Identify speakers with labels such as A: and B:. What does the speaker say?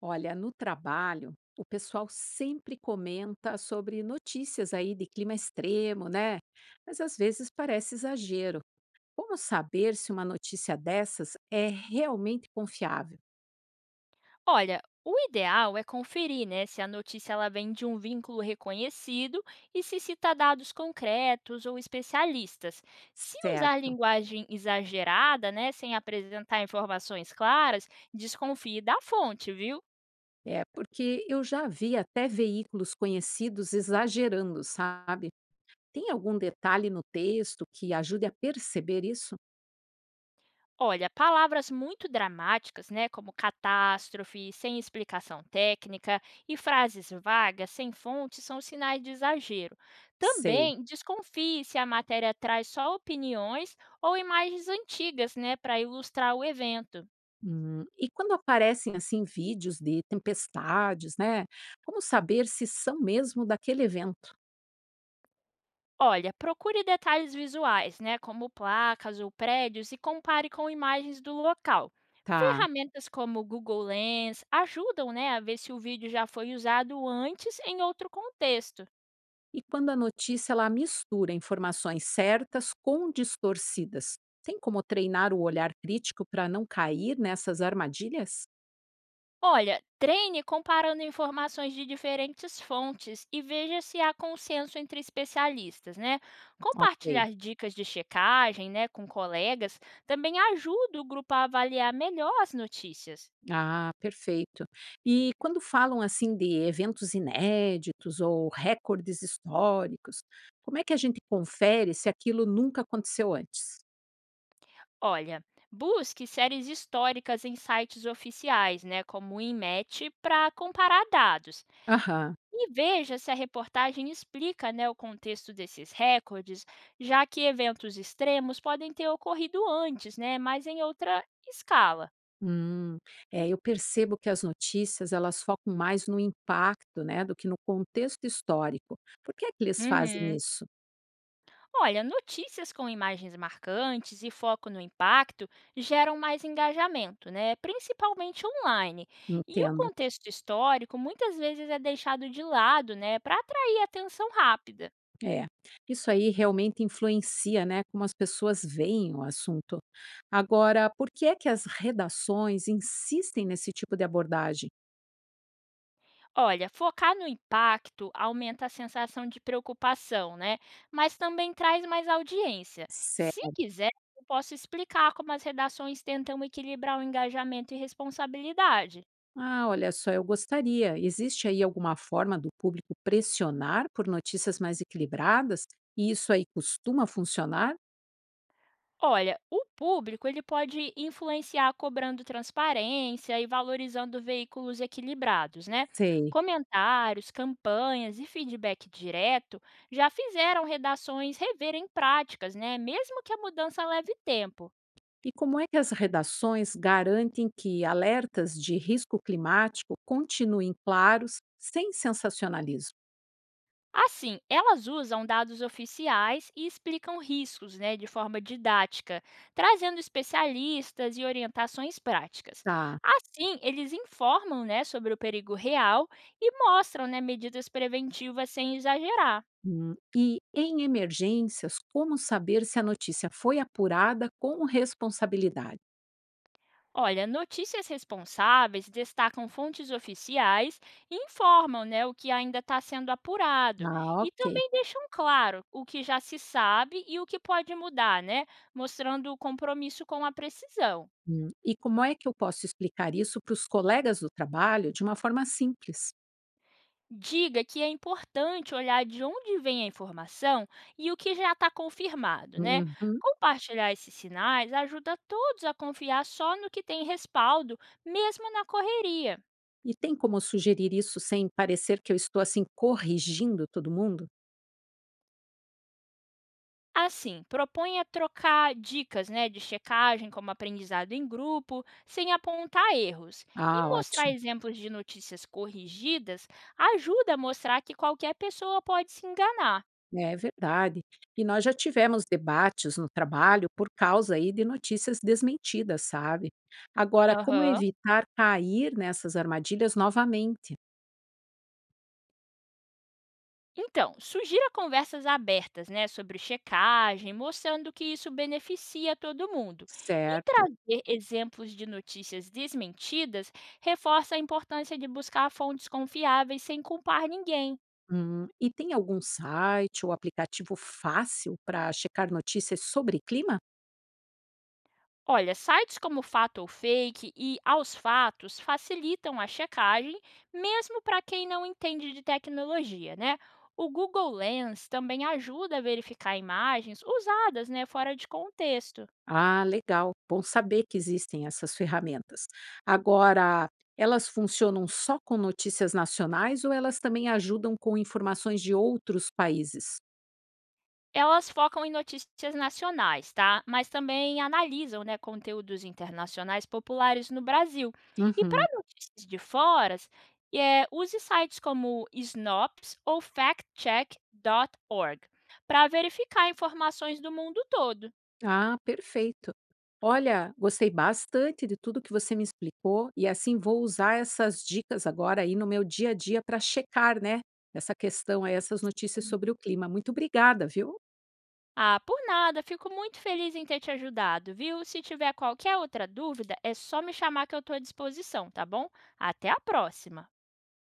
A: Olha, no trabalho, o pessoal sempre comenta sobre notícias aí de clima extremo, né? Mas às vezes parece exagero. Como saber se uma notícia dessas é realmente confiável?
B: Olha, o ideal é conferir, né, se a notícia ela vem de um vínculo reconhecido e se cita dados concretos ou especialistas. Se usar
A: Certo.
B: linguagem exagerada, né, sem apresentar informações claras, desconfie da fonte, viu?
A: É porque eu já vi até veículos conhecidos exagerando, sabe? Tem algum detalhe no texto que ajude a perceber isso?
B: Olha, palavras muito dramáticas, né, como catástrofe, sem explicação técnica, e frases vagas, sem fonte, são sinais de exagero.
A: Sei.
B: Também desconfie se a matéria traz só opiniões ou imagens antigas, né, para ilustrar o evento.
A: E quando aparecem assim vídeos de tempestades, né? Como saber se são mesmo daquele evento,
B: Olha, procure detalhes visuais, né, como placas ou prédios, e compare com imagens do local.
A: tá?
B: Ferramentas como o Google Lens ajudam, né, a ver se o vídeo já foi usado antes em outro contexto.
A: E quando a notícia ela mistura informações certas com distorcidas, tem como treinar o olhar crítico para não cair nessas armadilhas?
B: Olha, treine comparando informações de diferentes fontes e veja se há consenso entre especialistas, né?
A: Ok.
B: Compartilhar dicas de checagem, né, com colegas também ajuda o grupo a avaliar melhor as notícias.
A: Ah, perfeito. E quando falam assim de eventos inéditos ou recordes históricos, como é que a gente confere se aquilo nunca aconteceu antes?
B: Olha, busque séries históricas em sites oficiais, né, como o INMET, para comparar dados.
A: Aham.
B: E veja se a reportagem explica, né, o contexto desses recordes, já que eventos extremos podem ter ocorrido antes, né, mas em outra escala.
A: Hum, é, eu percebo que as notícias elas focam mais no impacto, né, do que no contexto histórico. Por que é que eles fazem
B: Uhum.
A: isso?
B: Olha, notícias com imagens marcantes e foco no impacto geram mais engajamento, né? Principalmente online. E o
A: Entendo.
B: contexto histórico muitas vezes é deixado de lado, né, para atrair atenção rápida.
A: É, isso aí realmente influencia, né, como as pessoas veem o assunto. Agora, por que é que as redações insistem nesse tipo de abordagem?
B: Olha, focar no impacto aumenta a sensação de preocupação, né? Mas também traz mais audiência. Se
A: Certo.
B: quiser, eu posso explicar como as redações tentam equilibrar o engajamento e responsabilidade.
A: Ah, olha só, eu gostaria. Existe aí alguma forma do público pressionar por notícias mais equilibradas? E isso aí costuma funcionar?
B: Olha, o público ele pode influenciar cobrando transparência e valorizando veículos equilibrados, né?
A: Sei.
B: Comentários, campanhas e feedback direto já fizeram redações reverem práticas, né? Mesmo que a mudança leve tempo.
A: E como é que as redações garantem que alertas de risco climático continuem claros, sem sensacionalismo?
B: Assim, elas usam dados oficiais e explicam riscos, né, de forma didática, trazendo especialistas e orientações práticas.
A: Tá.
B: Assim, eles informam, né, sobre o perigo real e mostram, né, medidas preventivas sem exagerar.
A: E em emergências, como saber se a notícia foi apurada com responsabilidade?
B: Olha, notícias responsáveis destacam fontes oficiais e informam, né, o que ainda está sendo apurado.
A: Ah,
B: E
A: ok.
B: também deixam claro o que já se sabe e o que pode mudar, né, mostrando o compromisso com a precisão.
A: E como é que eu posso explicar isso para os colegas do trabalho de uma forma simples?
B: Diga que é importante olhar de onde vem a informação e o que já está confirmado, né?
A: Uhum.
B: Compartilhar esses sinais ajuda todos a confiar só no que tem respaldo, mesmo na correria.
A: E tem como sugerir isso sem parecer que eu estou assim corrigindo todo mundo?
B: Assim, proponha trocar dicas, né, de checagem, como aprendizado em grupo, sem apontar erros.
A: Ah,
B: E mostrar
A: ótimo.
B: exemplos de notícias corrigidas ajuda a mostrar que qualquer pessoa pode se enganar.
A: É verdade. E nós já tivemos debates no trabalho por causa aí de notícias desmentidas, sabe? Agora, como
B: Aham.
A: evitar cair nessas armadilhas novamente?
B: Então, sugira conversas abertas, né, sobre checagem, mostrando que isso beneficia todo mundo. E
A: Certo.
B: trazer exemplos de notícias desmentidas reforça a importância de buscar fontes confiáveis sem culpar ninguém.
A: E tem algum site ou aplicativo fácil para checar notícias sobre clima?
B: Olha, sites como Fato ou Fake e Aos Fatos facilitam a checagem, mesmo para quem não entende de tecnologia, né? O Google Lens também ajuda a verificar imagens usadas, né, fora de contexto.
A: Ah, legal. Bom saber que existem essas ferramentas. Agora, elas funcionam só com notícias nacionais ou elas também ajudam com informações de outros países?
B: Elas focam em notícias nacionais, tá? Mas também analisam, né, conteúdos internacionais populares no Brasil. E para
A: Uhum.
B: notícias de fora, é, use sites como Snops ou factcheck.org para verificar informações do mundo todo.
A: Ah, perfeito. Olha, gostei bastante de tudo que você me explicou e assim vou usar essas dicas agora aí no meu dia a dia para checar, né, essa questão, aí, essas notícias sobre o clima. Muito obrigada, viu?
B: Ah, por nada, fico muito feliz em ter te ajudado, viu? Se tiver qualquer outra dúvida, é só me chamar que eu estou à disposição, tá bom? Até a próxima!